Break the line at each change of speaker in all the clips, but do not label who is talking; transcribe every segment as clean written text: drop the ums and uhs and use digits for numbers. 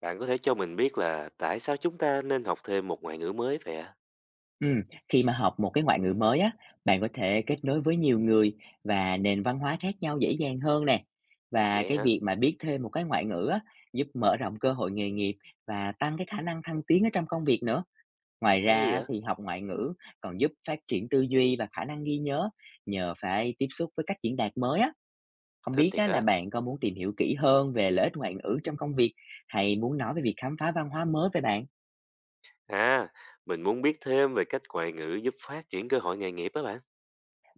Bạn có thể cho mình biết là tại sao chúng ta nên học thêm một ngoại ngữ mới vậy ạ?
Ừm, khi mà học một cái ngoại ngữ mới á, bạn có thể kết nối với nhiều người và nền văn hóa khác nhau dễ dàng hơn nè. Và
Vậy
cái
hả?
việc mà biết thêm một cái ngoại ngữ á, giúp mở rộng cơ hội nghề nghiệp và tăng cái khả năng thăng tiến ở trong công việc nữa. Ngoài ra
Hay
á,
vậy?
thì học ngoại ngữ còn giúp phát triển tư duy và khả năng ghi nhớ nhờ phải tiếp xúc với các diễn đạt mới á. Không
Thích
biết
thiệt
á, là
á.
bạn có muốn tìm hiểu kỹ hơn về lợi ích ngoại ngữ trong công việc hay muốn nói về việc khám phá văn hóa mới về bạn?
À, mình muốn biết thêm về cách ngoại ngữ giúp phát triển cơ hội nghề nghiệp á bạn.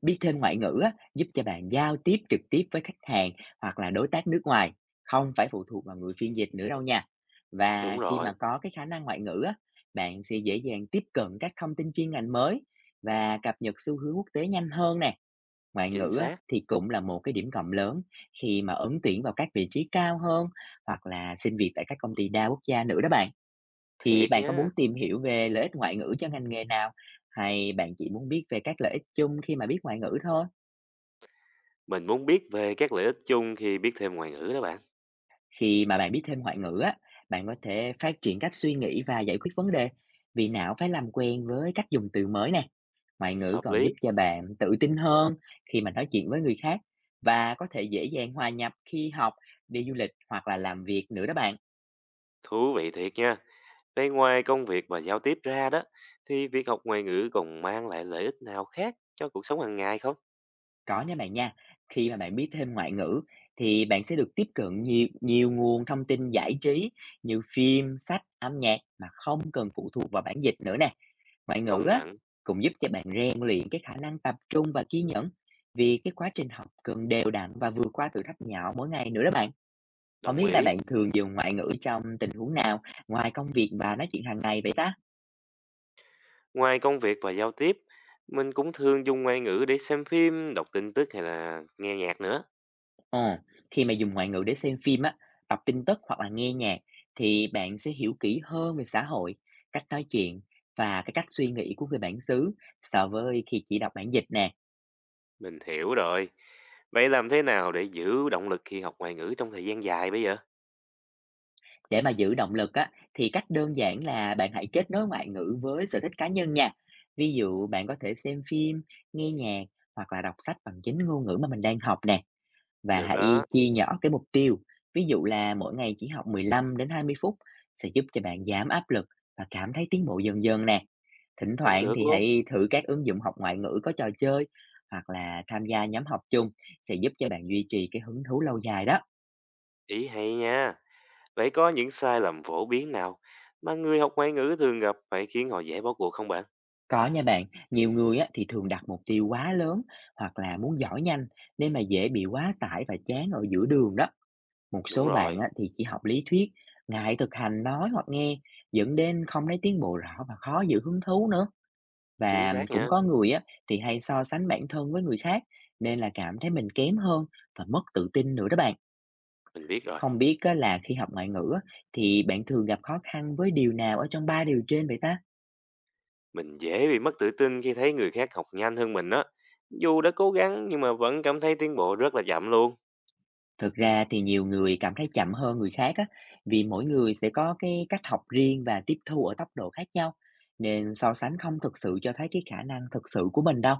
Biết thêm ngoại ngữ á, giúp cho bạn giao tiếp trực tiếp với khách hàng hoặc là đối tác nước ngoài, không phải phụ thuộc vào người phiên dịch nữa đâu nha.
Đúng
Và khi
rồi,
mà có cái khả năng ngoại ngữ á, bạn sẽ dễ dàng tiếp cận các thông tin chuyên ngành mới và cập nhật xu hướng quốc tế nhanh hơn nè. Ngoại
chính
ngữ á,
xác.
thì cũng là một cái điểm cộng lớn khi mà ứng tuyển vào các vị trí cao hơn hoặc là xin việc tại các công ty đa quốc gia nữa đó bạn. Thì
Thiệt
bạn có muốn
nha.
tìm hiểu về lợi ích ngoại ngữ cho ngành nghề nào hay bạn chỉ muốn biết về các lợi ích chung khi mà biết ngoại ngữ thôi?
Mình muốn biết về các lợi ích chung khi biết thêm ngoại ngữ đó bạn.
Khi mà bạn biết thêm ngoại ngữ á, bạn có thể phát triển cách suy nghĩ và giải quyết vấn đề. Vì não phải làm quen với cách dùng từ mới nè. Ngoại ngữ
Hợp
còn giúp
lý,
cho bạn tự tin hơn khi mà nói chuyện với người khác và có thể dễ dàng hòa nhập khi học, đi du lịch hoặc là làm việc nữa đó bạn.
thú vị thiệt nha. Vậy ngoài công việc và giao tiếp ra đó, thì việc học ngoại ngữ còn mang lại lợi ích nào khác cho cuộc sống hàng ngày không?
Có nha bạn nha. Khi mà bạn biết thêm ngoại ngữ thì bạn sẽ được tiếp cận nhiều nhiều nguồn thông tin giải trí như phim, sách, âm nhạc mà không cần phụ thuộc vào bản dịch nữa nè. Ngoại ngữ
Công
á,
nhận,
cũng giúp cho bạn rèn luyện cái khả năng tập trung và kiên nhẫn vì cái quá trình học cần đều đặn và vượt qua thử thách nhỏ mỗi ngày nữa đó bạn. Không
đồng
biết là
ý.
bạn thường dùng ngoại ngữ trong tình huống nào ngoài công việc và nói chuyện hàng ngày vậy ta?
Ngoài công việc và giao tiếp, mình cũng thường dùng ngoại ngữ để xem phim, đọc tin tức hay là nghe nhạc nữa.
Ờ, khi mà dùng ngoại ngữ để xem phim á, đọc tin tức hoặc là nghe nhạc thì bạn sẽ hiểu kỹ hơn về xã hội, cách nói chuyện và cái cách suy nghĩ của người bản xứ so với khi chỉ đọc bản dịch nè.
Mình hiểu rồi. Vậy làm thế nào để giữ động lực khi học ngoại ngữ trong thời gian dài bây giờ?
Để mà giữ động lực á, thì cách đơn giản là bạn hãy kết nối ngoại ngữ với sở thích cá nhân nha. Ví dụ bạn có thể xem phim, nghe nhạc hoặc là đọc sách bằng chính ngôn ngữ mà mình đang học nè và
Được đó,
hãy chia nhỏ cái mục tiêu. Ví dụ là mỗi ngày chỉ học 15 đến 20 phút sẽ giúp cho bạn giảm áp lực và cảm thấy tiến bộ dần dần nè. Thỉnh
cũng
thoảng
được
thì
luôn.
hãy thử các ứng dụng học ngoại ngữ có trò chơi hoặc là tham gia nhóm học chung sẽ giúp cho bạn duy trì cái hứng thú lâu dài đó.
Ý hay nha. Vậy có những sai lầm phổ biến nào mà người học ngoại ngữ thường gặp phải khiến họ dễ bỏ cuộc không bạn?
Có nha bạn, nhiều người á, thì thường đặt mục tiêu quá lớn hoặc là muốn giỏi nhanh nên mà dễ bị quá tải và chán ở giữa đường đó. Một
Đúng
số bạn
rồi,
á, thì chỉ học lý thuyết, ngại thực hành nói hoặc nghe, dẫn đến không thấy tiến bộ rõ và khó giữ hứng thú nữa.
chính
Và
xác
cũng
nha.
có người á, thì hay so sánh bản thân với người khác nên là cảm thấy mình kém hơn và mất tự tin nữa đó bạn.
Mình biết rồi.
Không biết á, là khi học ngoại ngữ á, thì bạn thường gặp khó khăn với điều nào ở trong ba điều trên vậy ta?
Mình dễ bị mất tự tin khi thấy người khác học nhanh hơn mình đó. Dù đã cố gắng nhưng mà vẫn cảm thấy tiến bộ rất là chậm luôn.
Thực ra thì nhiều người cảm thấy chậm hơn người khác á, vì mỗi người sẽ có cái cách học riêng và tiếp thu ở tốc độ khác nhau, nên so sánh không thực sự cho thấy cái khả năng thực sự của mình đâu.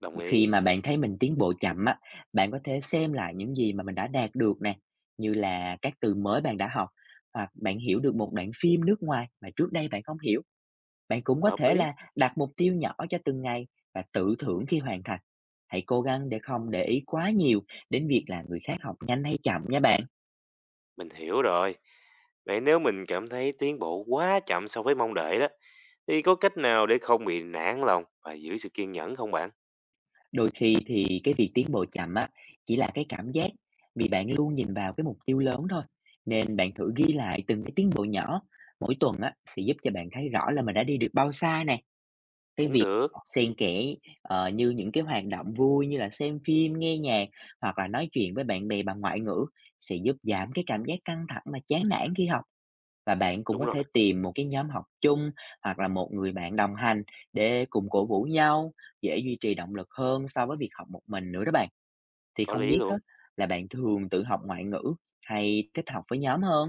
Đồng
Khi
ý.
mà bạn thấy mình tiến bộ chậm á, bạn có thể xem lại những gì mà mình đã đạt được nè, như là các từ mới bạn đã học, hoặc bạn hiểu được một đoạn phim nước ngoài mà trước đây bạn không hiểu. Bạn cũng có
Hợp
thể
lý,
là đặt mục tiêu nhỏ cho từng ngày và tự thưởng khi hoàn thành. Hãy cố gắng để không để ý quá nhiều đến việc là người khác học nhanh hay chậm nha bạn.
mình hiểu rồi. Vậy nếu mình cảm thấy tiến bộ quá chậm so với mong đợi đó, thì có cách nào để không bị nản lòng và giữ sự kiên nhẫn không bạn?
Đôi khi thì cái việc tiến bộ chậm á, chỉ là cái cảm giác vì bạn luôn nhìn vào cái mục tiêu lớn thôi. Nên bạn thử ghi lại từng cái tiến bộ nhỏ mỗi tuần á, sẽ giúp cho bạn thấy rõ là mình đã đi được bao xa nè. Cái
Cũng
việc
được,
xen kẽ như những cái hoạt động vui như là xem phim, nghe nhạc hoặc là nói chuyện với bạn bè bằng ngoại ngữ sẽ giúp giảm cái cảm giác căng thẳng và chán nản khi học. Và bạn cũng
đúng
có
rồi,
thể tìm một cái nhóm học chung hoặc là một người bạn đồng hành để cùng cổ vũ nhau, dễ duy trì động lực hơn so với việc học một mình nữa đó bạn. Thì
có
không
lý
biết á,
luôn.
là bạn thường tự học ngoại ngữ hay thích học với nhóm hơn?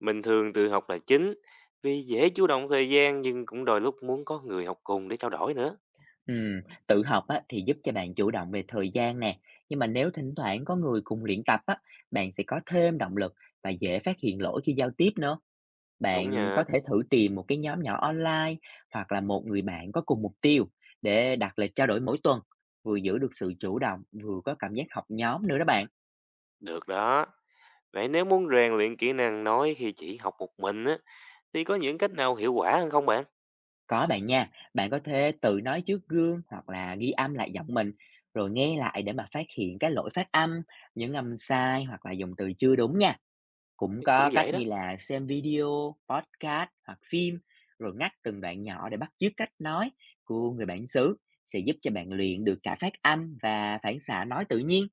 Mình thường tự học là chính, vì dễ chủ động thời gian nhưng cũng đôi lúc muốn có người học cùng để trao đổi nữa.
Ừm, tự học á, thì giúp cho bạn chủ động về thời gian nè. Nhưng mà nếu thỉnh thoảng có người cùng luyện tập á, bạn sẽ có thêm động lực và dễ phát hiện lỗi khi giao tiếp nữa.
Đúng
Bạn có
nha,
thể thử tìm một cái nhóm nhỏ online hoặc là một người bạn có cùng mục tiêu để đặt lịch trao đổi mỗi tuần, vừa giữ được sự chủ động, vừa có cảm giác học nhóm nữa đó bạn.
được đó. Vậy nếu muốn rèn luyện kỹ năng nói khi chỉ học một mình á, thì có những cách nào hiệu quả hơn không bạn?
Có bạn nha, bạn có thể tự nói trước gương hoặc là ghi âm lại giọng mình rồi nghe lại để mà phát hiện cái lỗi phát âm, những âm sai hoặc là dùng từ chưa đúng nha. Cũng có
Cũng dễ
cách
đó.
như là xem video, podcast hoặc phim rồi ngắt từng đoạn nhỏ để bắt chước cách nói của người bản xứ sẽ giúp cho bạn luyện được cả phát âm và phản xạ nói tự nhiên.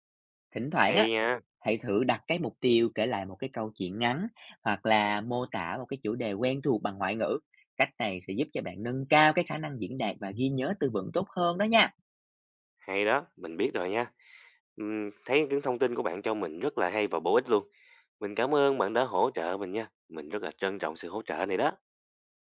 Thỉnh thoảng
Hay
á,
nha,
hãy thử đặt cái mục tiêu kể lại một cái câu chuyện ngắn hoặc là mô tả một cái chủ đề quen thuộc bằng ngoại ngữ. Cách này sẽ giúp cho bạn nâng cao cái khả năng diễn đạt và ghi nhớ từ vựng tốt hơn đó nha.
hay đó, mình biết rồi nha. Thấy những thông tin của bạn cho mình rất là hay và bổ ích luôn. Mình cảm ơn bạn đã hỗ trợ mình nha. Mình rất là trân trọng sự hỗ trợ này đó.